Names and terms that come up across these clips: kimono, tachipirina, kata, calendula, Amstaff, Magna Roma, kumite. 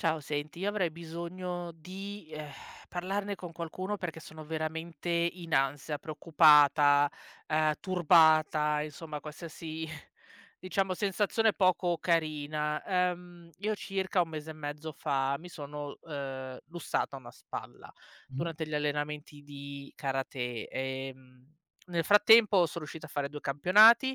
Ciao, senti, io avrei bisogno di parlarne con qualcuno perché sono veramente in ansia, preoccupata, turbata, insomma, qualsiasi, diciamo, sensazione poco carina. Io circa un mese e mezzo fa mi sono lussata una spalla Mh. durante gli allenamenti di karate, e, nel frattempo sono riuscita a fare due campionati,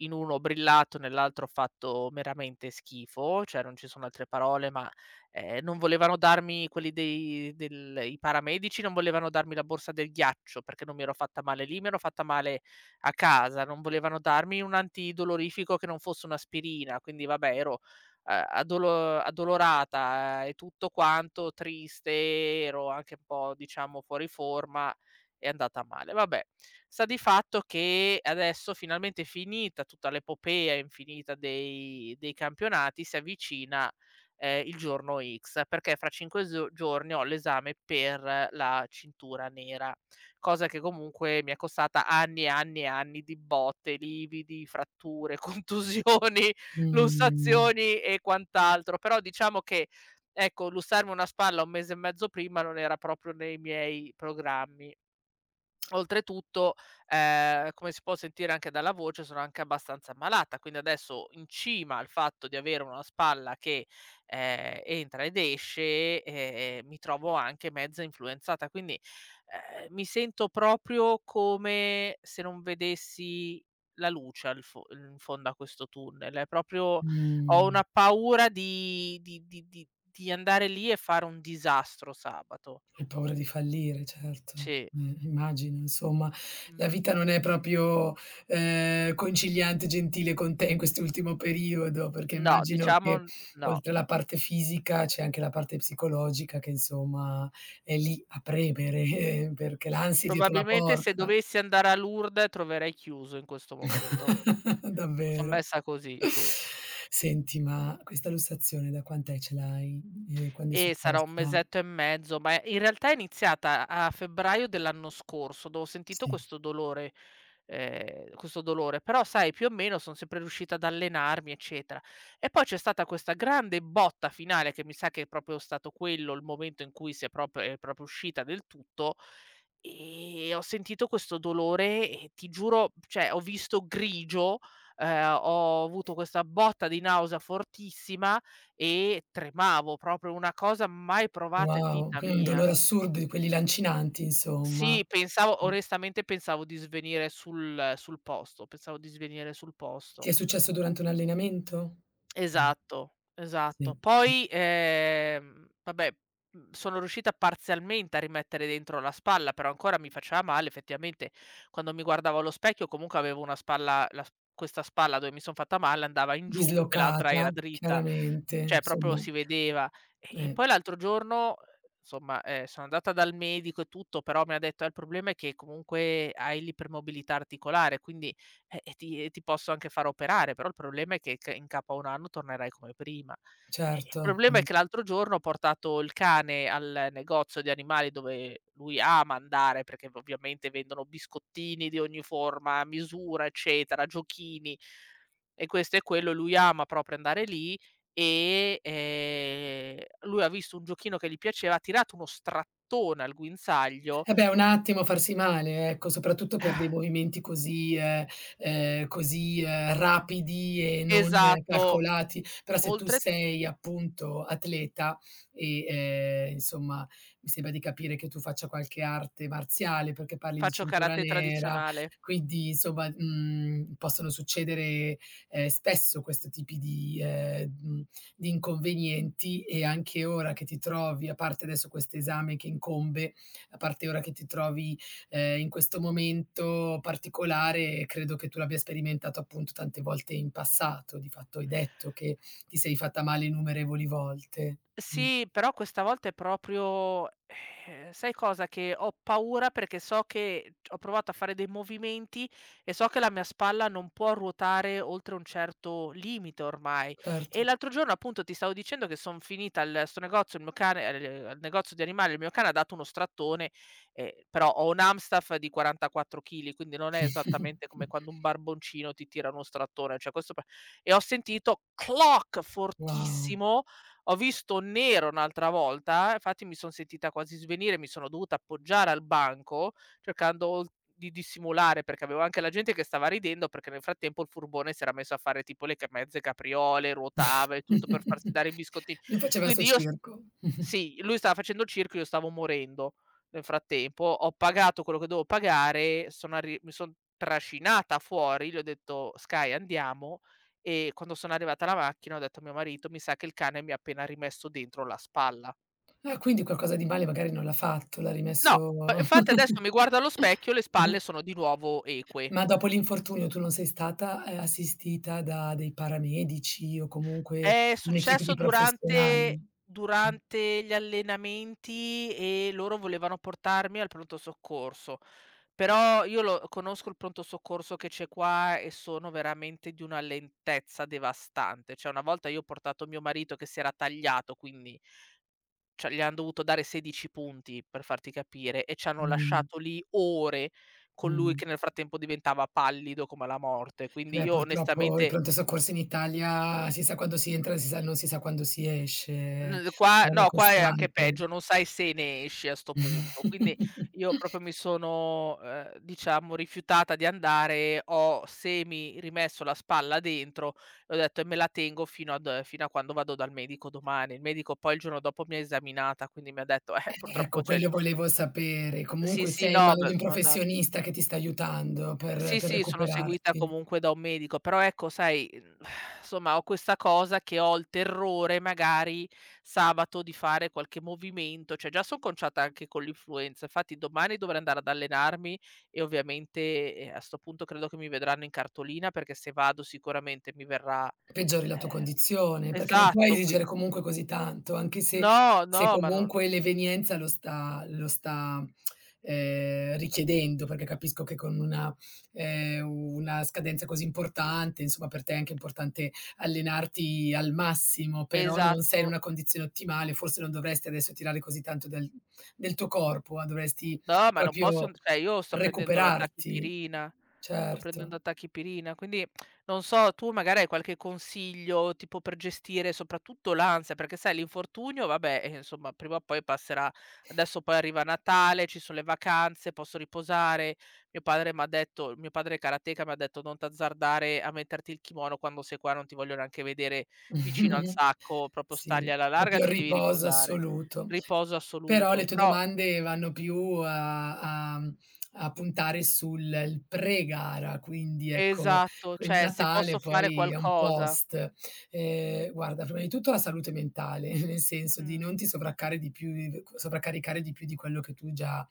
in uno brillato, nell'altro fatto meramente schifo, cioè non ci sono altre parole, ma, non volevano darmi, quelli dei del i paramedici non volevano darmi la borsa del ghiaccio, perché non mi ero fatta male lì, mi ero fatta male a casa, non volevano darmi un antidolorifico che non fosse un'aspirina, quindi vabbè, ero a addolorata, e tutto quanto, triste, ero anche un po', diciamo, fuori forma, è andata male. Vabbè, sta di fatto che adesso, finalmente finita tutta l'epopea infinita dei campionati, si avvicina, il giorno X, perché fra 5 zo giorni ho l'esame per la cintura nera, cosa che comunque mi è costata anni e anni e anni di botte, lividi, fratture, contusioni, Mh, lussazioni e quant'altro. Però diciamo che, ecco, lussarmi una spalla 1 mese e mezzo prima non era proprio nei miei programmi. Oltretutto, come si può sentire anche dalla voce, sono anche abbastanza ammalata, quindi adesso in cima al fatto di avere una spalla che, entra ed esce, mi trovo anche mezza influenzata, quindi, mi sento proprio come se non vedessi la luce al fo in fondo a questo tunnel. È proprio Ho mh. una paura di di andare lì e fare un disastro sabato. Hai paura di fallire, certo. Sì. Immagino insomma, la Mh. vita non è proprio conciliante e gentile con te in quest'ultimo periodo, perché No, immagino che diciamo no. oltre alla parte fisica c'è anche la parte psicologica che insomma è lì a premere perché l'ansia è dietro la Probabilmente se porta. dovessi andare a Lourdes troverei chiuso in questo momento. Son Davvero. messa così, sì. Senti, ma questa lussazione da quant'è ce l'hai? E quando è E sarà un successa? mesetto e mezzo, ma in realtà è iniziata a febbraio dell'anno scorso, dove ho sentito Sì. questo dolore, questo dolore, però sai, più o meno son sempre riuscita ad allenarmi, eccetera. E poi c'è stata questa grande botta finale, che mi sa che è proprio stato quello il momento in cui è proprio uscita del tutto, e ho sentito questo dolore e ti giuro, cioè ho visto grigio, ho avuto questa botta di nausea fortissima e tremavo, proprio una cosa mai provata in Wow, vita quindi un mia. dolore assurdo di quelli lancinanti insomma. Sì, pensavo, Mh. onestamente pensavo di svenire sul posto, pensavo di svenire sul Ti posto. è successo durante un allenamento? Mh, Esatto, sì. esatto. Mh. Poi, vabbè, sono riuscita parzialmente a rimettere dentro la spalla, però ancora mi faceva male effettivamente. Quando mi guardavo allo specchio comunque avevo una spalla, la s questa spalla dove mi son fatta male andava in giù e l'altra Dislocata era dritta, chiaramente, cioè proprio insomma. si vedeva. E Eh, poi l'altro giorno, insomma, sono andata dal medico e tutto, però mi ha detto: il problema è che comunque hai l'ipermobilità articolare, quindi e ti posso anche far operare, però il problema è che c in capo a 1 anno tornerai come prima." Il certo. problema è Mh. che l'altro giorno ho portato il cane al negozio di animali dove lui ama andare, perché v ovviamente vendono biscottini di ogni forma, misura, eccetera, giochini e questo e quello, lui ama proprio andare lì e, lui ha visto un giochino che gli piaceva, ha tirato uno strattone al guinzaglio. Eh beh, un attimo farsi male, ecco, soprattutto per dei movimenti così, rapidi e non Esatto. calcolati. Però se tu oltre sei appunto atleta e, insomma, mi sembra di capire che tu faccia qualche arte marziale, perché parli di Faccio cintura karate nera, tradizionale. quindi insomma, possono succedere, spesso questo tipi di inconvenienti e anche ora che ti trovi, a parte adesso quest'esame che incombe, a parte ora che ti trovi, in questo momento particolare, credo che tu l'abbia sperimentato appunto tante volte in passato. Di fatto hai detto che ti sei fatta male innumerevoli volte. Mh, Sì, però questa volta è proprio, sai cosa, che ho paura perché so che ho provato a fare dei movimenti e so che la mia spalla non può ruotare oltre un certo limite ormai. E certo. l'altro giorno, appunto, ti stavo dicendo che son finita al sto negozio, il mio cane al al negozio di animali, il mio cane ha dato uno strattone, però ho un Amstaff di 44 chili, quindi non è esattamente come quando un barboncino ti tira uno strattone, cioè questo p e ho sentito "cloc" Wow. fortissimo, ho visto nero un'altra volta, infatti mi son sentita quasi svenire, mi sono dovuta appoggiare al banco cercando di dissimulare, perché avevo anche la gente che stava ridendo, perché nel frattempo il furbone si era messo a fare tipo le ca mezze capriole, ruotava e tutto per farsi dare i biscottini. Lui faceva il suo Quindi io, circo. sì, lui stava facendo il circo, io stavo morendo nel frattempo. Ho pagato quello che dovevo pagare, sono arri mi son trascinata fuori, gli ho detto: "Sky, andiamo." E quando sono arrivata alla macchina ho detto a mio marito: "Mi sa che il cane mi ha appena rimesso dentro la spalla." Ah, quindi qualcosa di male magari non l'ha fatto, l'ha No, rimesso. p infatti adesso mi guardo allo specchio, le spalle sono di nuovo eque. Ma dopo l'infortunio tu non sei stata, assistita da dei paramedici o comunque È un'equipe di successo durante professionali? durante gli allenamenti e loro volevano portarmi al pronto soccorso, però io lo conosco il pronto soccorso che c'è qua e sono veramente di una lentezza devastante. Cioè, una volta io ho portato mio marito che si era tagliato, quindi cioè gli han dovuto dare 16 punti, per farti capire, e ci hanno Mh, lasciato lì ore mh, con lui mh. che nel frattempo diventava pallido come la morte. Quindi Beh, io purtroppo il onestamente. pronto soccorso in Italia si sa quando si entra e si sa non si sa quando si esce, è N qua una no, qua è anche costante. peggio, non sai se ne esci a 'sto punto. Quindi io proprio mi sono, diciamo, rifiutata di andare, ho semi rimesso la spalla dentro e ho detto: "E me la tengo fino ad fino a quando vado dal medico domani." Il medico poi il giorno dopo mi ha esaminata, quindi mi ha detto: Ecco, purtroppo, cioè." quello volevo sapere. Sì, Comunque sì, sei in no, mano di beh, un sono andat professionista che ti sta aiutando per sì, per sì, sono seguita recuperarti. comunque da un medico, però ecco sai, somma ho questa cosa che ho il terrore magari sabato di fare qualche movimento, cioè già son conciata anche con l'influenza, infatti domani dovrei andare ad allenarmi, e ovviamente, a 'sto punto credo che mi vedranno in cartolina, perché se vado sicuramente mi verrà. Peggiori la tua Eh, condizione, perché non puoi esatto. Qui esigere comunque così tanto, anche se no, se no, ma non comunque l'evenienza lo sta, richiedendo, perché capisco che con ehm, una scadenza così importante, insomma per te è anche importante allenarti al massimo, però non sei in una esatto. condizione ottimale, forse non dovresti adesso tirare così tanto del tuo corpo, ma dovresti No, ma non posso, n proprio cioè io sto prendendo la recuperarti. tachipirina, sto prendendo Certo. la tachipirina, quindi non so, tu magari hai qualche consiglio, tipo per gestire soprattutto l'ansia, perché sai l'infortunio vabbè, insomma prima o poi passerà. Adesso poi arriva Natale, ci sono le vacanze, posso riposare. Mio padre è karateka, mi ha detto: "Non t'azzardare a metterti il kimono quando sei qua, non ti voglio neanche vedere vicino al sacco, proprio Sì, stargli alla larga, proprio il ti devi riposo riposare." assoluto. Riposo Però le assoluto, tue però. domande vanno più a puntare sul pre-gara, quindi ecco, Esatto, quel cioè se Natale posso fare poi è un qualcosa. post. Guarda, prima di tutto la salute mentale, nel senso di Mh. non ti sovraccare di più di sovraccaricare di più di quello che tu già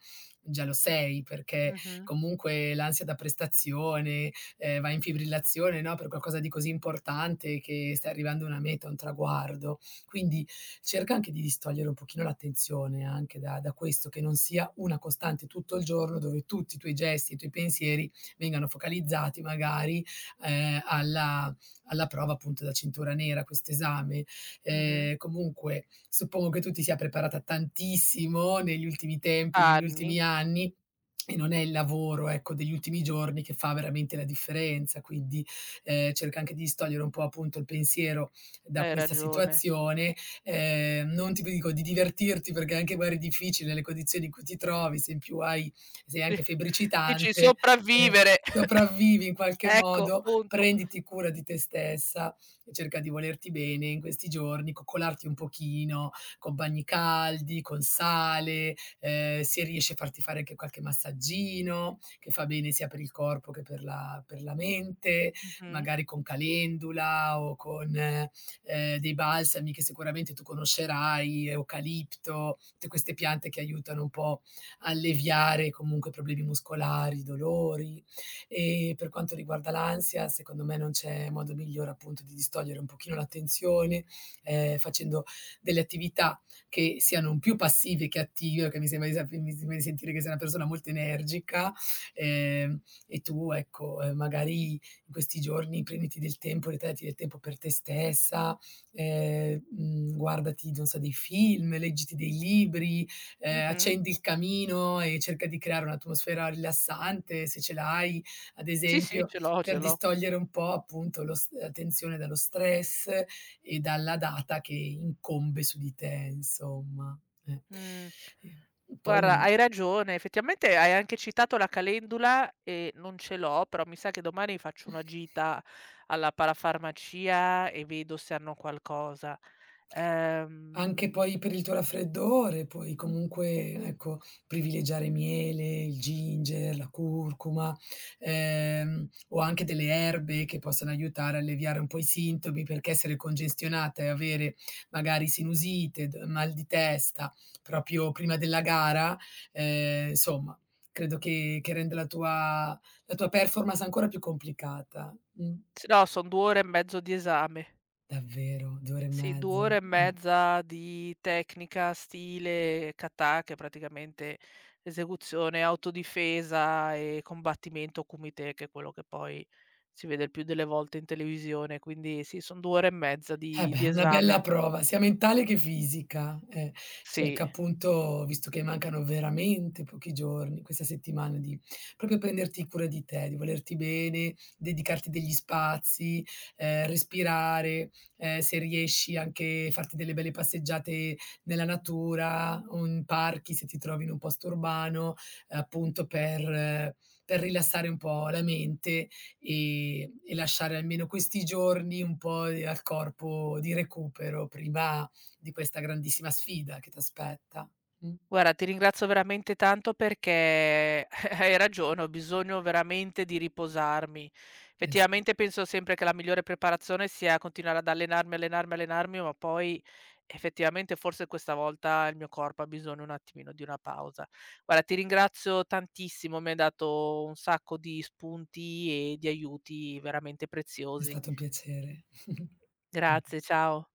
già lo sei, perché Mh-mh. comunque l'ansia da prestazione, vai in fibrillazione, no, per qualcosa di così importante che stai arrivando a una meta, a un traguardo. Quindi cerca anche di distogliere un pochino l'attenzione anche da questo, che non sia una costante tutto il giorno dove tutti i tuoi gesti, i tuoi pensieri vengano focalizzati magari, ehm, alla alla prova appunto da cintura nera, questo esame. Mh-mh. Comunque suppongo che tu ti sia preparata tantissimo negli ultimi tempi, negli Anni, ultimi anni e non è il lavoro, ecco, degli ultimi giorni che fa veramente la differenza, quindi, cerca anche di distogliere un po' appunto il pensiero da hai questa ragione. situazione. Non ti dico di divertirti perché anche magari è difficile le condizioni in cui ti trovi, se in più hai sei anche Dici febbricitante, eh, sopravvivere. sopravvivi in qualche Ecco, modo, punto. prenditi cura di te stessa e cerca di volerti bene in questi giorni, coccolarti un pochino con bagni caldi, con sale, se riesci a farti fare anche qualche massaggino, che fa bene sia per il corpo che per la mente, Mh-mh. magari con calendula o con dei balsami che sicuramente tu conoscerai, eucalipto, tutte queste piante che aiutano un po' a alleviare comunque problemi muscolari, dolori. E per quanto riguarda l'ansia, secondo me non c'è modo migliore appunto di distogliere un pochino l'attenzione, facendo delle attività che siano più passive che attive, che mi sembra di sentire che sei una persona molto energica, ehm, e tu ecco, magari in questi giorni prenditi del tempo, ritagliati del tempo per te stessa, guardati, non so, dei film, leggiti dei libri, Mh-mh. accendi il camino e cerca di creare un'atmosfera rilassante se ce l'hai, ad Sì, sì, esempio, ce l'ho, per ce l'ho. distogliere un po' appunto lo s l'attenzione dallo stress e dalla data che incombe su di te insomma, eh. Mh. E poi. Guarda, hai ragione. Effettivamente hai anche citato la calendula e non ce l'ho, però mi sa che domani faccio una gita alla parafarmacia e vedo se hanno qualcosa. Anche Ehm, poi per il tuo raffreddore, puoi comunque, ecco, privilegiare miele, il ginger, la curcuma, o anche delle erbe che possono aiutare a alleviare un po' i sintomi, perché essere congestionata e avere magari sinusite, d mal di testa proprio prima della gara, insomma, credo che renda la tua performance ancora più complicata. Mh. s no, son 2 ore e mezzo di esame. Davvero, 2 ore e Sì, 2 mezza. ore e Mh. mezza di tecnica stile kata, che è praticamente esecuzione, autodifesa e combattimento kumite, che è quello che poi si vede il più delle volte in televisione. Quindi sì, son 2 ore e mezza Eh di beh, una bella esame. prova sia mentale che fisica. Sì. Cerca appunto, visto che mancano veramente pochi giorni, questa settimana, di proprio prenderti cura di te, di volerti bene, dedicarti degli spazi, respirare, se riesci anche farti delle belle passeggiate nella natura o in parchi, se ti trovi in un posto urbano, appunto per rilassare un po' la mente. E lasciare almeno questi giorni un po' di al corpo di recupero prima di questa grandissima sfida che t'aspetta. Mh. Guarda, ti ringrazio veramente tanto perché hai ragione, ho bisogno veramente di riposarmi. Eh sì, Effettivamente penso sempre che la migliore preparazione sia continuare ad allenarmi, allenarmi, allenarmi, ma poi effettivamente forse questa volta il mio corpo ha bisogno un attimino di una pausa. Guarda, ti ringrazio tantissimo, mi hai dato un sacco di spunti e di aiuti veramente è preziosi. stato un piacere. Grazie, ciao.